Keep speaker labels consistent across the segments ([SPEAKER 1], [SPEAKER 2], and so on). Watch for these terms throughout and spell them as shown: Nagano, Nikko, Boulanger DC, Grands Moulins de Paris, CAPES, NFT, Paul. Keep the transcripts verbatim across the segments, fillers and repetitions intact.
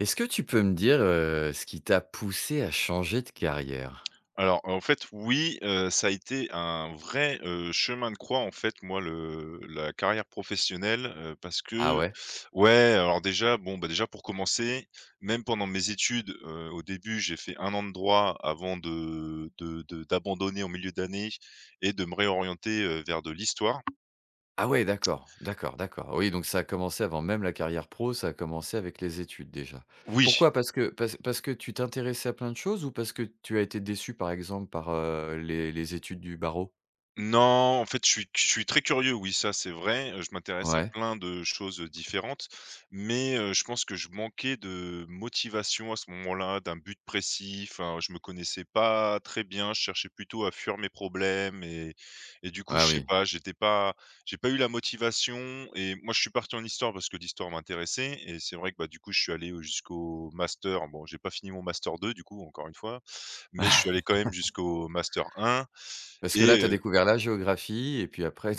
[SPEAKER 1] Est-ce que tu peux me dire, heu, ce qui t'a poussé à changer de carrière?
[SPEAKER 2] Alors, en fait, oui, heu, ça a été un vrai, heu, chemin de croix, en fait, moi, le la carrière professionnelle, heu, parce
[SPEAKER 1] Ah
[SPEAKER 2] que
[SPEAKER 1] ouais?
[SPEAKER 2] ouais, alors déjà, bon, bah, déjà, pour commencer, même pendant mes études, heu, au début, j'ai fait un an de droit avant de de de d'abandonner en milieu d'année et de me réorienter, heu, vers de l'histoire.
[SPEAKER 1] Ah ouais, d'accord, d'accord, d'accord. Oui, donc ça a commencé avant même la carrière pro, ça a commencé avec les études déjà.
[SPEAKER 2] Oui.
[SPEAKER 1] Pourquoi? Parce que parce parce que tu t'intéressais à plein de choses ou parce que tu as été déçu, par exemple, par, heu, les les études du barreau?
[SPEAKER 2] Non, en fait, je suis je suis très curieux, oui, ça, c'est vrai. Heu, je m'intéresse à
[SPEAKER 1] Ouais.
[SPEAKER 2] plein de choses, différentes, mais heu, je pense que je manquais de motivation à ce moment-là, d'un but précis. Enfin, je me connaissais pas très bien, je cherchais plutôt à fuir mes problèmes et et du coup,
[SPEAKER 1] Ah
[SPEAKER 2] je sais
[SPEAKER 1] oui.
[SPEAKER 2] pas, j'étais pas j'ai pas eu la motivation et moi, je suis parti en histoire parce que l'histoire m'intéressait et c'est vrai que, bah, du coup, je suis allé jusqu'au master. Bon, j'ai pas fini mon master deux, du coup, encore une fois, mais je suis allé quand même jusqu'au master un
[SPEAKER 1] Parce que là, tu
[SPEAKER 2] et
[SPEAKER 1] as découvert la géographie et puis après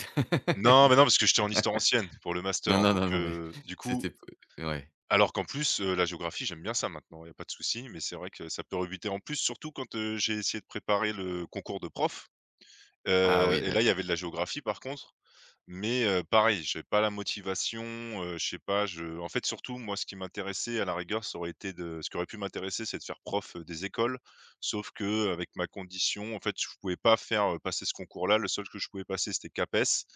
[SPEAKER 2] non, mais non, parce que j'étais en histoire ancienne pour le master,
[SPEAKER 1] non, non,
[SPEAKER 2] donc
[SPEAKER 1] non, non, mais
[SPEAKER 2] heu, du coup
[SPEAKER 1] c'était p ouais.
[SPEAKER 2] alors qu'en plus, heu, la géographie, j'aime bien ça maintenant, il y a pas de souci, mais c'est vrai que ça peut rebuter en plus, surtout quand, heu, j'ai essayé de préparer le concours de prof,
[SPEAKER 1] Ah
[SPEAKER 2] heu
[SPEAKER 1] oui,
[SPEAKER 2] et là, il y
[SPEAKER 1] d'accord.
[SPEAKER 2] avait de la géographie par contre mais heu, pareil, j'avais pas la motivation, heu, je sais pas, je en fait, surtout, moi, ce qui m'intéressait, à la rigueur, ça aurait été de ce qui aurait pu m'intéresser, c'est de faire prof, heu, des écoles. Sauf que euh, avec ma condition, en fait, je pouvais pas faire, heu, passer ce concours-là. Le seul que je pouvais passer, c'était CAPES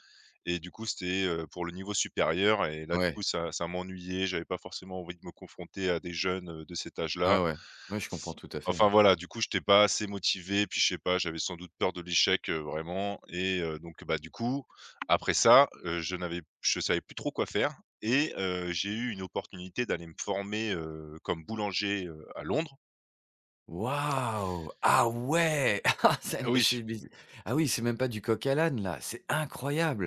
[SPEAKER 2] et du coup, c'était, heu, pour le niveau supérieur et là, du coup,
[SPEAKER 1] Ouais.
[SPEAKER 2] ça ça m'ennuyait. J'avais pas forcément envie de me confronter à des jeunes, heu, de cet
[SPEAKER 1] Ouais,
[SPEAKER 2] âge-là.
[SPEAKER 1] ouais. Ouais, je comprends tout à fait.
[SPEAKER 2] Enfin voilà, du coup, j'étais pas assez motivé, puis je sais pas, j'avais sans doute peur de l'échec, heu, vraiment et heu, donc bah, du coup, après ça, heu, je n'avais je savais plus trop quoi faire et heu, j'ai eu une opportunité d'aller me former, heu, comme boulanger, heu, à Londres.
[SPEAKER 1] Waouh! Ah ouais! Ah
[SPEAKER 2] Ah
[SPEAKER 1] celle-là,
[SPEAKER 2] oui.
[SPEAKER 1] c'est mais ah oui, c'est même pas du coq à l'âne là, c'est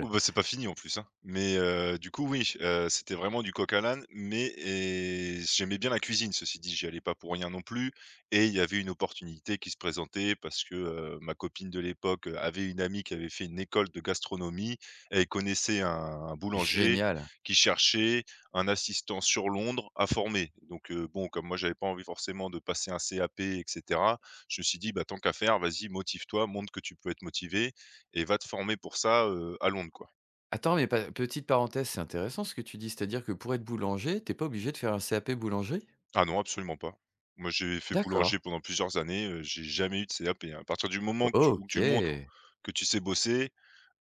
[SPEAKER 2] Oh bah, c'est pas fini en plus, hein. Mais heu, du coup oui, heu, c'était vraiment du coq à l'âne, mais et j'aimais bien la cuisine, ceci dit, j'y allais pas pour rien non plus et il y avait une opportunité qui se présentait parce que, heu, ma copine de l'époque, avait une amie qui avait fait une école de gastronomie. Elle connaissait un un boulanger
[SPEAKER 1] Génial!
[SPEAKER 2] qui cherchait un assistant sur Londres à former. Donc heu, bon, comme moi j'avais pas envie forcément de passer un C A P et cetera, je me suis dit: «Bah, tant qu'à faire, vas-y motive-toi, montre que tu peux être motivé. Et va te former pour ça, heu, à Londres, quoi.
[SPEAKER 1] Attends, mais pa petite parenthèse, c'est intéressant ce que tu dis, c'est-à-dire que pour être boulanger, t'es pas obligé de faire un C A P boulangerie?
[SPEAKER 2] Ah non, absolument pas. Moi, j'ai fait boulanger
[SPEAKER 1] D'accord.
[SPEAKER 2] pendant plusieurs années, heu, j'ai jamais eu de C A P, hein. À partir du moment que tu où tu montres
[SPEAKER 1] OK.
[SPEAKER 2] que tu sais bosser,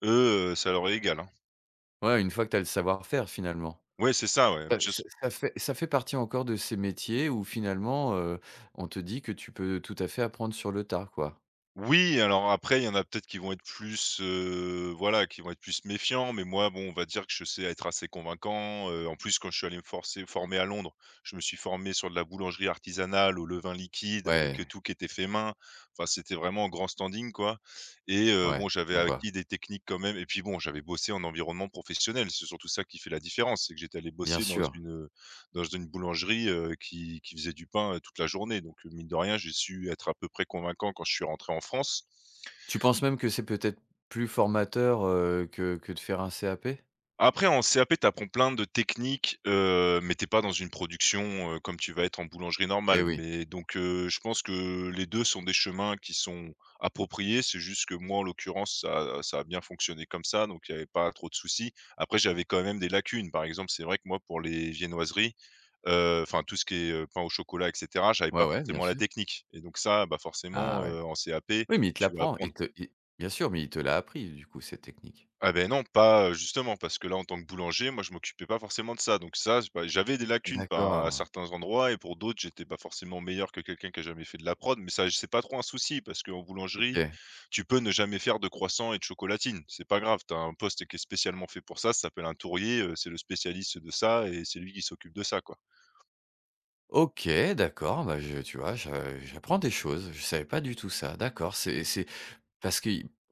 [SPEAKER 2] eux, heu, ça leur est égal, hein.
[SPEAKER 1] Ouais, une fois que tu as le savoir-faire finalement.
[SPEAKER 2] Ouais, c'est ça, ouais.
[SPEAKER 1] Heu,
[SPEAKER 2] Je
[SPEAKER 1] ça ça fait ça fait partie encore de ces métiers où finalement, heu, on te dit que tu peux tout à fait apprendre sur le tard quoi.
[SPEAKER 2] Oui, alors après, il y en a peut-être qui vont être plus, heu, voilà, qui vont être plus méfiants, mais moi, bon, on va dire que je sais être assez convaincant, heu, en plus, quand je suis allé me forcer former à Londres, je me suis formé sur de la boulangerie artisanale, au levain liquide, avec, heu,
[SPEAKER 1] Ouais,
[SPEAKER 2] tout qui était fait main. Enfin, c'était vraiment en grand standing, quoi et heu, bon,
[SPEAKER 1] ouais,
[SPEAKER 2] j'avais
[SPEAKER 1] je vois.
[SPEAKER 2] acquis des techniques quand même et puis, bon, j'avais bossé en environnement professionnel. C'est surtout ça qui fait la différence, c'est que j'étais allé
[SPEAKER 1] Bien
[SPEAKER 2] bosser dans
[SPEAKER 1] sûr.
[SPEAKER 2] une, dans une boulangerie, heu, qui qui faisait du pain, heu, toute la journée donc euh, mine de rien, j'ai su être à peu près convaincant quand je suis rentré en France.
[SPEAKER 1] Tu penses même que c'est peut-être plus formateur, heu, que que de faire un C A P?
[SPEAKER 2] Après en C A P, tu apprends plein de techniques, heu, mais t'es pas dans une production, heu, comme tu vas être en boulangerie
[SPEAKER 1] Eh
[SPEAKER 2] normale.
[SPEAKER 1] oui.
[SPEAKER 2] Mais donc heu, je pense que les deux sont des chemins qui sont appropriés. C'est juste que moi, en l'occurrence, ça ça a bien fonctionné comme ça, donc il y avait pas trop de soucis. Après, j'avais quand même des lacunes. Par exemple, c'est vrai que moi, pour les viennoiseries, heu, enfin tout ce qui est, heu, pain au chocolat et cetera, j'avais pas
[SPEAKER 1] Ouais, ouais, bien
[SPEAKER 2] forcément la
[SPEAKER 1] sûr.
[SPEAKER 2] technique et donc ça, bah,
[SPEAKER 1] Ah
[SPEAKER 2] forcément,
[SPEAKER 1] ouais.
[SPEAKER 2] heu, en C A P,
[SPEAKER 1] Oui, mais il te
[SPEAKER 2] tu vas
[SPEAKER 1] l'apprend,
[SPEAKER 2] apprendre.
[SPEAKER 1] il te il bien sûr, mais il te l'a appris du coup cette technique?
[SPEAKER 2] Ah ben non, pas, heu, justement parce que là, en tant que boulanger, moi, je m'occupais pas forcément de ça donc ça, c'est pas j'avais des lacunes par à
[SPEAKER 1] D'accord,
[SPEAKER 2] certains endroits et pour d'autres, j'étais pas forcément meilleur que quelqu'un qui a jamais fait de la prod mais ça, c'est pas trop un souci parce qu'en boulangerie,
[SPEAKER 1] OK.
[SPEAKER 2] tu peux ne jamais faire de croissants et de chocolatine. C'est pas grave, tu as un poste qui est spécialement fait pour ça, ça s'appelle un tourrier, heu, c'est le spécialiste de ça et c'est lui qui s'occupe de ça, quoi.
[SPEAKER 1] OK, d'accord, bah, je tu vois, je j'apprends des choses, je savais pas du tout ça, d'accord, c'est c'est parce que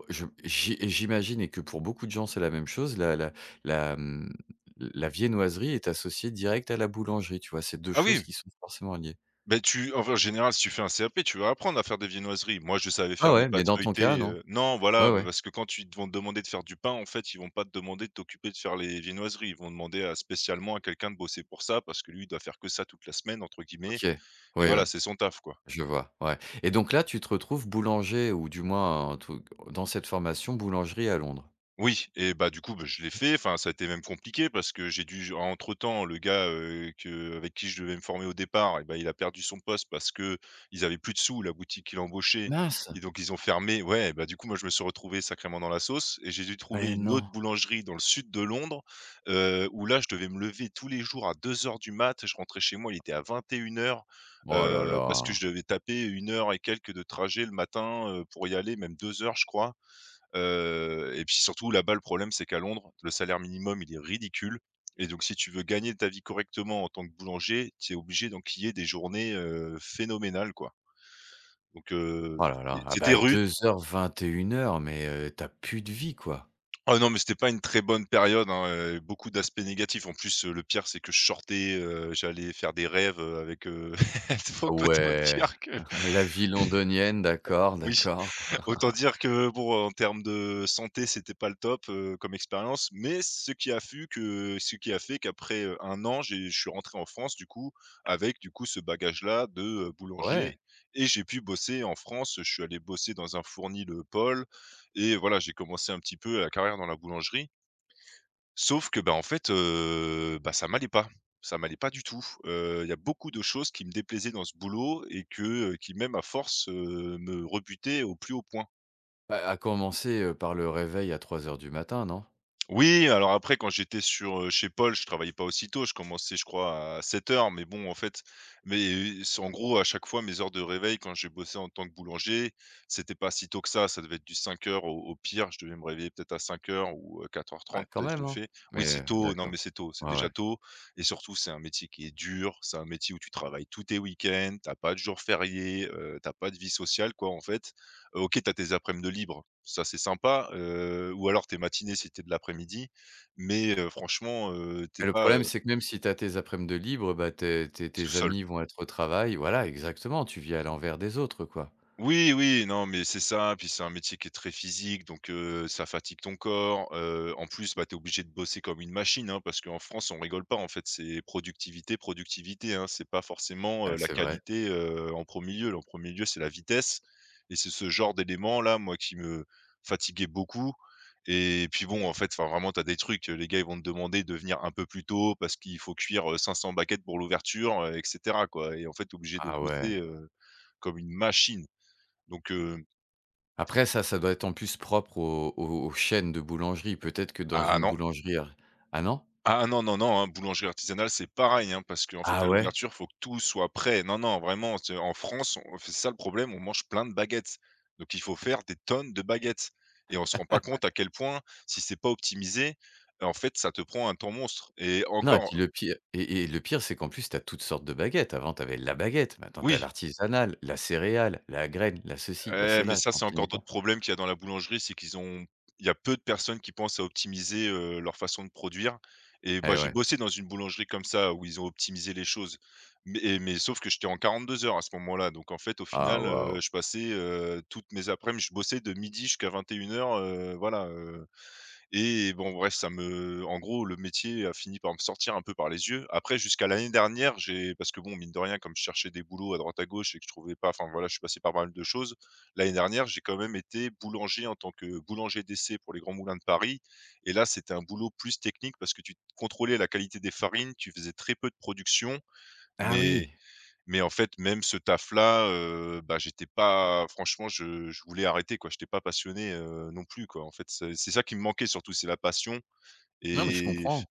[SPEAKER 1] je j'i j'imagine et que pour beaucoup de gens, c'est la même chose, la la la, mmh, la viennoiserie est associée direct à la boulangerie, tu vois? C'est deux
[SPEAKER 2] Ah
[SPEAKER 1] choses
[SPEAKER 2] oui,
[SPEAKER 1] qui sont forcément liées.
[SPEAKER 2] ben tu enfin, en général, si tu fais un C A P, tu vas apprendre à faire des viennoiseries. Moi, je savais faire
[SPEAKER 1] Ah
[SPEAKER 2] des
[SPEAKER 1] ouais, mais
[SPEAKER 2] pâtes
[SPEAKER 1] dans ton cas,
[SPEAKER 2] feuilletées,
[SPEAKER 1] non?
[SPEAKER 2] heu non, voilà,
[SPEAKER 1] Ouais,
[SPEAKER 2] bah,
[SPEAKER 1] ouais.
[SPEAKER 2] parce que quand ils te vont te demander de faire du pain, en fait, ils vont pas te demander de t'occuper de faire les viennoiseries. Ils vont demander à spécialement à quelqu'un de bosser pour ça, parce que lui, il doit faire que ça toute la semaine, entre guillemets
[SPEAKER 1] OK.
[SPEAKER 2] et
[SPEAKER 1] Oui oui,
[SPEAKER 2] voilà, c'est son taf, quoi.
[SPEAKER 1] je vois, ouais et donc là, tu te retrouves boulanger ou du moins un truc dans cette formation boulangerie à Londres?
[SPEAKER 2] Oui et bah, du coup, bah, je l'ai fait. Enfin, ça a été même compliqué parce que j'ai dû entre-temps, le gars, heu, que avec qui je devais me former au départ et ben, il a perdu son poste parce que ils avaient plus de sous, la boutique qu'il embauchait
[SPEAKER 1] Mince!
[SPEAKER 2] et donc ils ont fermé. Ouais, bah, du coup, moi, je me suis retrouvé sacrément dans la sauce et j'ai dû trouver
[SPEAKER 1] Mais
[SPEAKER 2] une autre
[SPEAKER 1] non!
[SPEAKER 2] boulangerie dans le sud de Londres, heu, où là, je devais me lever tous les jours à deux heures du mat. Je rentrais chez moi, il était à vingt et une heures,
[SPEAKER 1] Oh là
[SPEAKER 2] heu,
[SPEAKER 1] là!
[SPEAKER 2] parce que je devais taper une heure et quelques de trajet le matin, heu, pour y aller, même deux heures, je crois. Heu et puis surtout là-bas, le problème, c'est qu'à Londres, le salaire minimum, il est ridicule et donc si tu veux gagner ta vie correctement en tant que boulanger, tu es obligé d'enquiller des journées, heu, phénoménales, quoi. Donc heu,
[SPEAKER 1] Oh là là!
[SPEAKER 2] c'était
[SPEAKER 1] Ah
[SPEAKER 2] c'était
[SPEAKER 1] bah
[SPEAKER 2] rude.
[SPEAKER 1] deux heures-vingt et une heures mais heu, tu as plus de vie, quoi.
[SPEAKER 2] Ah non, mais c'était pas une très bonne période, hein, heu, beaucoup d'aspects négatifs. En plus, heu, le pire, c'est que je sortais, heu, j'allais faire des rêves, heu, avec, heu, faut pas trop
[SPEAKER 1] Ouais,
[SPEAKER 2] dire que
[SPEAKER 1] la vie londonienne, d'accord,
[SPEAKER 2] oui.
[SPEAKER 1] d'accord.
[SPEAKER 2] Autant dire que bon, en termes de santé, c'était pas le top, heu, comme expérience, mais ce qui a fut que ce qui a fait qu'après, heu, 1 an, j'ai je suis rentré en France du coup, avec du coup ce bagage-là de, heu, boulanger
[SPEAKER 1] Ouais,
[SPEAKER 2] et j'ai pu bosser en France. Je suis allé bosser dans un fournil, heu, Paul et voilà, j'ai commencé un petit peu la carrière dans la boulangerie. Sauf que, bah, en fait, heu, bah, ça m'allait pas. Ça m'allait pas du tout. Heu, il y a beaucoup de choses qui me déplaisaient dans ce boulot et que, heu, qui même à force, heu, me rebutaient au plus haut point.
[SPEAKER 1] bah, à commencer, heu, par le réveil à trois heures du matin, non?
[SPEAKER 2] Oui, alors après quand j'étais sur, heu, chez Paul, je travaillais pas aussitôt, je commençais je crois à sept heures, mais bon en fait mais euh, c'est en gros à chaque fois mes heures de réveil quand j'ai bossé en tant que boulanger, c'était pas si tôt que ça, ça devait être du cinq heures au au pire, je devais me réveiller peut-être à cinq heures ou euh, quatre heures trente
[SPEAKER 1] Ah quand
[SPEAKER 2] peut-être je
[SPEAKER 1] même,
[SPEAKER 2] l'ai
[SPEAKER 1] hein?
[SPEAKER 2] fait. Oui
[SPEAKER 1] Mais
[SPEAKER 2] c'est
[SPEAKER 1] heu,
[SPEAKER 2] tôt, non
[SPEAKER 1] d'accord.
[SPEAKER 2] mais c'est tôt, c'est
[SPEAKER 1] Ouais,
[SPEAKER 2] déjà
[SPEAKER 1] ouais.
[SPEAKER 2] tôt et surtout c'est un métier qui est dur, c'est un métier où tu travailles tous tes week-ends, t'as pas de jours fériés, heu, tu pas de vie sociale quoi en fait. Heu, OK, t'as as tes aprèm de libre, ça c'est sympa, heu, ou alors tes matinées si t'es de l'après-midi, mais heu, franchement, heu, tu
[SPEAKER 1] Et le
[SPEAKER 2] pas, t'es
[SPEAKER 1] problème, c'est que même si tu as tes après-midi de libre, bah, tes tes
[SPEAKER 2] tout
[SPEAKER 1] tes
[SPEAKER 2] seul.
[SPEAKER 1] amis vont être au travail. Voilà, exactement, tu vis à l'envers des autres, quoi.
[SPEAKER 2] Oui, oui, non, mais c'est ça, puis c'est un métier qui est très physique, donc heu, ça fatigue ton corps, heu, en plus, bah, tu es obligé de bosser comme une machine, hein, parce qu'en France, on rigole pas, en fait, c'est productivité, productivité, hein. C'est pas forcément, heu,
[SPEAKER 1] Ah,
[SPEAKER 2] la
[SPEAKER 1] c'est vrai.
[SPEAKER 2] qualité, heu, en premier lieu. En premier lieu, c'est la vitesse et c'est ce genre d'élément-là, moi, qui me fatiguait beaucoup. Et puis bon, en fait, enfin, vraiment, tu as des trucs, les gars, ils vont te demander de venir un peu plus tôt parce qu'il faut cuire, heu, cinq cents baguettes pour l'ouverture, heu et cetera, quoi. Et en fait, tu obligé de
[SPEAKER 1] Ah ouais.
[SPEAKER 2] bosser, heu, comme une machine. Donc heu,
[SPEAKER 1] Après ça, ça doit être en plus propre aux aux aux chaînes de boulangerie. Peut-être que dans
[SPEAKER 2] ah
[SPEAKER 1] une
[SPEAKER 2] non,
[SPEAKER 1] boulangerie ar ah non?
[SPEAKER 2] ah non, non, non, hein, boulangerie artisanale, c'est pareil, hein, parce qu'en fait,
[SPEAKER 1] Ah
[SPEAKER 2] à
[SPEAKER 1] ouais?
[SPEAKER 2] l'ouverture, faut que tout soit prêt. Non, non, vraiment, c'est en France, on c'est ça le problème, on mange plein de baguettes. Donc il faut faire des tonnes de baguettes et on se rend pas compte à quel point, si c'est pas optimisé, en fait, ça te prend un temps monstre et
[SPEAKER 1] Non et
[SPEAKER 2] encore
[SPEAKER 1] puis le pire et et le pire, c'est qu'en plus, tu as toutes sortes de baguettes. Avant, tu avais la baguette, maintenant tu as
[SPEAKER 2] oui.
[SPEAKER 1] l'artisanale, la céréale, la graine, la ceci, la
[SPEAKER 2] Ouais, mais
[SPEAKER 1] cela,
[SPEAKER 2] ça,
[SPEAKER 1] t'en
[SPEAKER 2] c'est encore
[SPEAKER 1] finis pas.
[SPEAKER 2] d'autres problèmes qu'il y a dans la boulangerie, c'est qu'ils ont il y a peu de personnes qui pensent à optimiser, heu, leur façon de produire et moi,
[SPEAKER 1] Eh
[SPEAKER 2] j'ai
[SPEAKER 1] ouais.
[SPEAKER 2] bossé dans une boulangerie comme ça où ils ont optimisé les choses, mais et mais sauf que j'étais en quarante-deux heures à ce moment-là, donc en fait, au
[SPEAKER 1] Ah
[SPEAKER 2] final, heu,
[SPEAKER 1] waouh.
[SPEAKER 2] je passais, heu, toutes mes après-midi je bossais de midi jusqu'à vingt et une heures, heu, voilà, et bon bref, ça me en gros, le métier a fini par me sortir un peu par les yeux. Après jusqu'à l'année dernière, j'ai parce que bon, mine de rien, comme je cherchais des boulots à droite à gauche et que je trouvais pas enfin voilà, je suis passé par pas mal de choses. L'année dernière, j'ai quand même été boulanger en tant que boulanger d'essai pour les Grands Moulins de Paris et là, c'était un boulot plus technique parce que tu contrôlais la qualité des farines, tu faisais très peu de production,
[SPEAKER 1] Ah
[SPEAKER 2] mais
[SPEAKER 1] oui.
[SPEAKER 2] mais en fait, même ce taf-là, heu, bah, j'étais pas franchement, je je voulais arrêter, quoi. J'étais pas passionné, heu, non plus, quoi. En fait, c'est c'est ça qui me manquait surtout, c'est la passion
[SPEAKER 1] Non, mais je
[SPEAKER 2] et
[SPEAKER 1] comprends.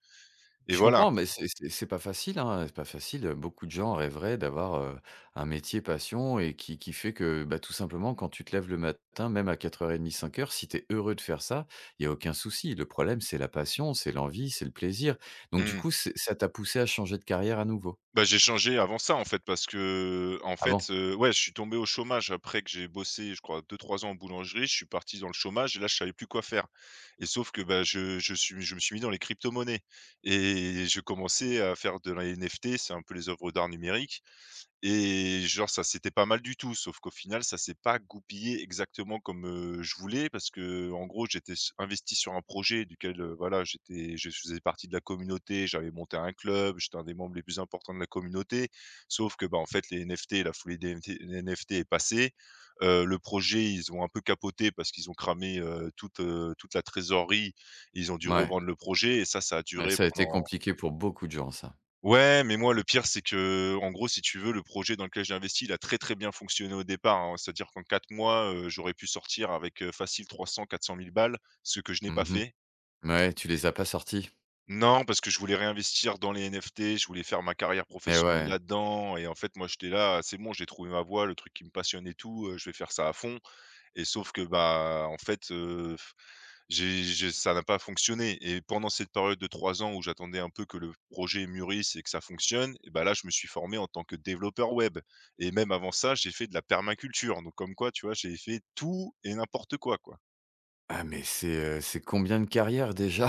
[SPEAKER 2] et
[SPEAKER 1] Je
[SPEAKER 2] voilà.
[SPEAKER 1] comprends, mais c'est c'est c'est pas facile, hein, c'est pas facile, beaucoup de gens rêveraient d'avoir, heu, un métier passion et qui qui fait que, bah, tout simplement quand tu te lèves le matin, même à quatre heures trente, cinq heures, si tu es heureux de faire ça, il y a aucun souci. Le problème, c'est la passion, c'est l'envie, c'est le plaisir. Donc du
[SPEAKER 2] Mmh.
[SPEAKER 1] coup, c'est ça t'a poussé à changer de carrière à nouveau?
[SPEAKER 2] Bah, j'ai changé avant ça, en fait, parce que en
[SPEAKER 1] Ah
[SPEAKER 2] fait,
[SPEAKER 1] bon?
[SPEAKER 2] heu, ouais, je suis tombé au chômage après que j'ai bossé, je crois deux trois ans en boulangerie. Je suis parti dans le chômage et là, je savais plus quoi faire et sauf que, bah, je je suis je me suis mis dans les cryptomonnaies et je commençais à faire de la N F T, c'est un peu les œuvres d'art numérique. Et genre ça, c'était pas mal du tout, sauf qu'au final, ça s'est pas goupillé exactement comme, heu, je voulais parce que en gros, j'étais s investi sur un projet duquel, heu, voilà, j'étais je faisais partie de la communauté, j'avais monté un club, j'étais un des membres les plus importants de la communauté. Sauf que, bah, en fait, les N F T, la foulée des N F T N F T est passée. Heu, le projet, ils ont un peu capoté parce qu'ils ont cramé, heu, toute, heu, toute la trésorerie. Ils ont dû
[SPEAKER 1] Ouais.
[SPEAKER 2] revendre le projet et ça, ça a
[SPEAKER 1] Mais
[SPEAKER 2] duré
[SPEAKER 1] ça a été
[SPEAKER 2] pendant
[SPEAKER 1] compliqué pour beaucoup de gens ça.
[SPEAKER 2] ouais, mais moi, le pire, c'est que, en gros, si tu veux, le projet dans lequel j'ai investi, il a très, très bien fonctionné au départ, hein. C'est-à-dire qu'en quatre mois, heu, j'aurais pu sortir avec, heu, facile trois cents quatre cents mille balles, ce que je n'ai pas
[SPEAKER 1] Mmh
[SPEAKER 2] fait
[SPEAKER 1] mh. Ouais, tu les as pas sortis?
[SPEAKER 2] non, parce que je voulais réinvestir dans les N F T, je voulais faire ma carrière
[SPEAKER 1] Et
[SPEAKER 2] professionnelle
[SPEAKER 1] ouais.
[SPEAKER 2] là-dedans et en fait, moi, j'étais là: «C'est bon, j'ai trouvé ma voie, le truc qui me passionne et tout, heu, je vais faire ça à fond». Et sauf que, bah, en fait, heu, j'ai j'ai ça n'a pas fonctionné et pendant cette période de trois ans où j'attendais un peu que le projet mûrisse et que ça fonctionne et bah, là, je me suis formé en tant que développeur web et même avant ça, j'ai fait de la permaculture donc comme quoi, tu vois, j'ai fait tout et n'importe quoi, quoi.
[SPEAKER 1] Ah mais c'est, heu, c'est combien de carrières déjà?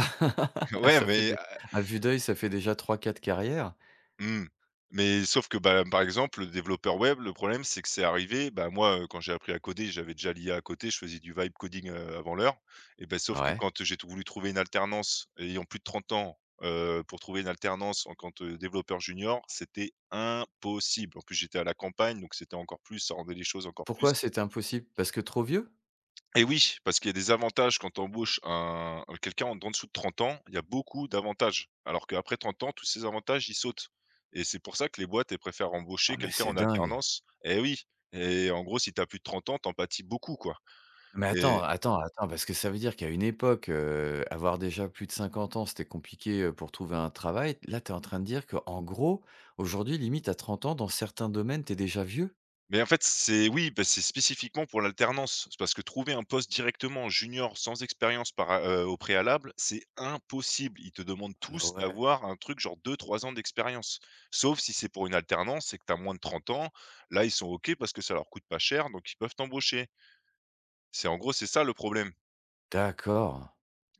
[SPEAKER 2] Ouais,
[SPEAKER 1] Ça fait
[SPEAKER 2] mais
[SPEAKER 1] des à vue d'œil, ça fait déjà trois quatre carrières.
[SPEAKER 2] Mmh. Mais sauf que, bah, par exemple, le développeur web, le problème, c'est que c'est arrivé, bah, moi, heu, quand j'ai appris à coder, j'avais déjà l'I A à côté, je faisais du vibe coding, heu, avant l'heure et bah, sauf que
[SPEAKER 1] Ouais.
[SPEAKER 2] quand j'ai t voulu trouver une alternance, ayant plus de trente ans, heu, pour trouver une alternance en tant que développeur junior, c'était impossible. En plus, j'étais à la campagne, donc c'était encore plus ça rendait les choses encore
[SPEAKER 1] Pourquoi
[SPEAKER 2] plus
[SPEAKER 1] c'était impossible? Parce que trop vieux?
[SPEAKER 2] et oui, parce qu'il y a des avantages quand on embauche un quelqu'un en d'en dessous de trente ans, il y a beaucoup d'avantages. Alors qu'après trente ans, tous ces avantages, ils sautent et c'est pour ça que les boîtes, elles préfèrent
[SPEAKER 1] Oh
[SPEAKER 2] embaucher
[SPEAKER 1] mais
[SPEAKER 2] quelqu'un
[SPEAKER 1] c'est
[SPEAKER 2] en
[SPEAKER 1] dingue.
[SPEAKER 2] alternance. Et oui et en gros, si tu as plus de trente ans, tu pâtis beaucoup, quoi.
[SPEAKER 1] Mais attends,
[SPEAKER 2] Et
[SPEAKER 1] attends, attends, parce que ça veut dire qu'à une époque, heu, avoir déjà plus de cinquante ans, c'était compliqué, heu, pour trouver un travail. Là, tu es en train de dire qu'en gros, aujourd'hui, limite à trente ans, dans certains domaines, tu es déjà vieux?
[SPEAKER 2] mais en fait, c'est oui, bah, c'est spécifiquement pour l'alternance. C'est parce que trouver un poste directement junior sans expérience par a au préalable, c'est impossible. Ils te demandent
[SPEAKER 1] Ah
[SPEAKER 2] tous
[SPEAKER 1] ouais,
[SPEAKER 2] d'avoir un truc genre deux, trois ans d'expérience. Sauf si c'est pour une alternance et que tu as moins de trente ans, là, ils sont OK parce que ça leur coûte pas cher, donc ils peuvent t'embaucher. C'est en gros, c'est ça le problème.
[SPEAKER 1] d'accord,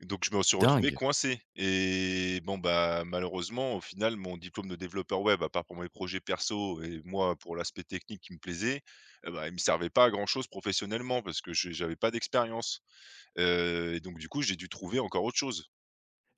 [SPEAKER 2] Donc je me suis retrouvé
[SPEAKER 1] dingue!
[SPEAKER 2] coincé et bon, bah, malheureusement, au final, mon diplôme de développeur web, à part pour mes projets perso et moi pour l'aspect technique qui me plaisait, eh bah, il me servait pas à grand-chose professionnellement parce que je j'avais pas d'expérience, heu et donc du coup, j'ai dû trouver encore autre chose.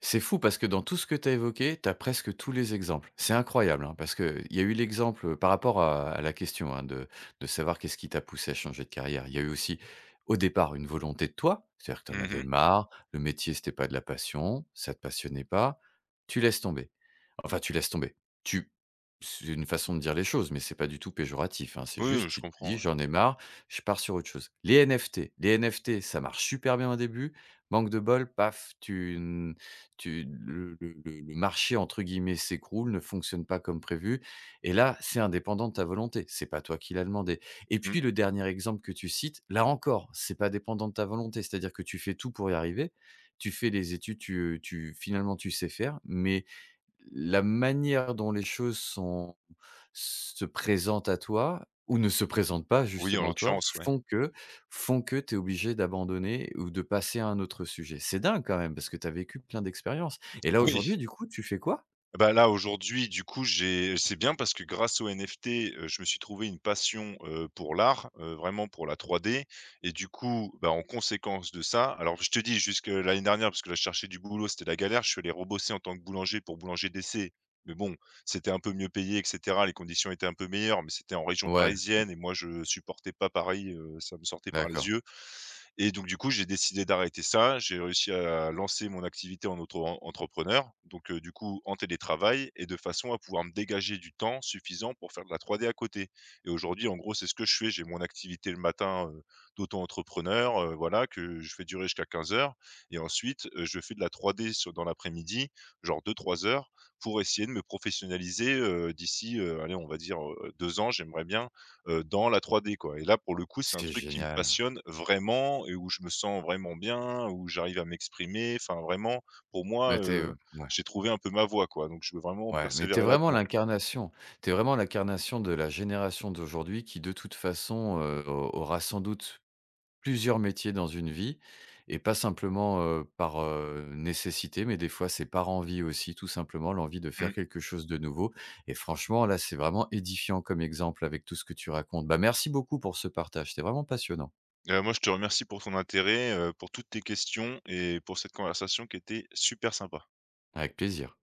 [SPEAKER 1] C'est fou parce que dans tout ce que tu as évoqué, tu as presque tous les exemples. C'est incroyable, hein, parce qu'il y a eu l'exemple euh, par rapport à, à la question hein, de, de savoir qu'est-ce qui t'a poussé à changer de carrière. Il y a eu aussi, au départ, une volonté de toi, c'est-à-dire que tu en avais
[SPEAKER 2] Mmh.
[SPEAKER 1] marre, le métier, c'était pas de la passion, ça te passionnait pas, tu laisses tomber. Enfin, tu laisses tomber. Tu c'est une façon de dire les choses, mais c'est pas du tout péjoratif, hein. C'est
[SPEAKER 2] Oui, oui,
[SPEAKER 1] juste,
[SPEAKER 2] je
[SPEAKER 1] tu te
[SPEAKER 2] comprends,
[SPEAKER 1] dis:
[SPEAKER 2] ouais.
[SPEAKER 1] «J'en ai marre, je pars sur autre chose». Les N F T les N F T, ça marche super bien au début. Manque de bol, paf, tu n tu le le le le «marché» entre guillemets s'écroule, ne fonctionne pas comme prévu et là, c'est indépendant de ta volonté. C'est pas toi qui l'as demandé et
[SPEAKER 2] Mmh.
[SPEAKER 1] puis le dernier exemple que tu cites, là encore, c'est pas dépendant de ta volonté. C'est-à-dire que tu fais tout pour y arriver. Tu fais les études, tu, tu finalement, tu sais faire, mais la manière dont les choses sont se présentent à toi ou ne se présentent pas
[SPEAKER 2] Oui, en
[SPEAKER 1] justement à toi,
[SPEAKER 2] l'occurrence, ouais.
[SPEAKER 1] font que font que tu es obligé d'abandonner ou de passer à un autre sujet. C'est dingue quand même parce que tu as vécu plein d'expériences et là
[SPEAKER 2] Oui.
[SPEAKER 1] aujourd'hui du coup tu fais quoi?
[SPEAKER 2] Bah, là, aujourd'hui, du coup, j'ai c'est bien parce que grâce aux N F T, heu, je me suis trouvé une passion, heu, pour l'art, heu, vraiment pour la trois D et du coup, bah, en conséquence de ça alors je te dis jusque l'année dernière parce que là, je cherchais du boulot, c'était la galère. Je suis allé rebosser en tant que boulanger pour Boulanger D C, mais bon, c'était un peu mieux payé et cetera. Les conditions étaient un peu meilleures, mais c'était en région
[SPEAKER 1] Ouais,
[SPEAKER 2] parisienne et moi, je supportais pas Paris, heu, ça me sortait par les
[SPEAKER 1] d'accord.
[SPEAKER 2] yeux. Et donc du coup, j'ai décidé d'arrêter ça. J'ai réussi à lancer mon activité en auto-entrepreneur, donc heu, du coup en télétravail et de façon à pouvoir me dégager du temps suffisant pour faire de la trois D à côté. Et aujourd'hui, en gros, c'est ce que je fais. J'ai mon activité le matin, heu, d'auto-entrepreneur, heu, voilà, que je fais durer jusqu'à quinze heures. Et ensuite, heu, je fais de la trois D sur dans l'après-midi, genre deux-trois heures pour essayer de me professionnaliser, heu, d'ici, heu, allez, on va dire, heu, deux ans. J'aimerais bien, heu, dans la trois D quoi et là pour le coup, c'est un
[SPEAKER 1] C'est
[SPEAKER 2] truc qui me
[SPEAKER 1] génial.
[SPEAKER 2] passionne vraiment et où je me sens vraiment bien, où j'arrive à m'exprimer, enfin vraiment pour moi,
[SPEAKER 1] Mais t'es es,
[SPEAKER 2] heu,
[SPEAKER 1] ouais,
[SPEAKER 2] j'ai trouvé un peu ma voie quoi, donc je veux vraiment
[SPEAKER 1] ouais, mais t'es
[SPEAKER 2] persévérer
[SPEAKER 1] vraiment
[SPEAKER 2] là-dedans.
[SPEAKER 1] l'incarnation. T'es vraiment l'incarnation de la génération d'aujourd'hui qui de toute façon, heu, au aura sans doute plusieurs métiers dans une vie et pas simplement, heu, par, heu, nécessité, mais des fois, c'est par envie aussi, tout simplement, l'envie de
[SPEAKER 2] Mmh,
[SPEAKER 1] faire quelque chose de nouveau et franchement, là, c'est vraiment édifiant comme exemple avec tout ce que tu racontes. Bah, merci beaucoup pour ce partage, c'était vraiment passionnant.
[SPEAKER 2] heu, moi je te remercie pour ton intérêt, heu, pour toutes tes questions et pour cette conversation qui était super sympa.
[SPEAKER 1] Avec plaisir.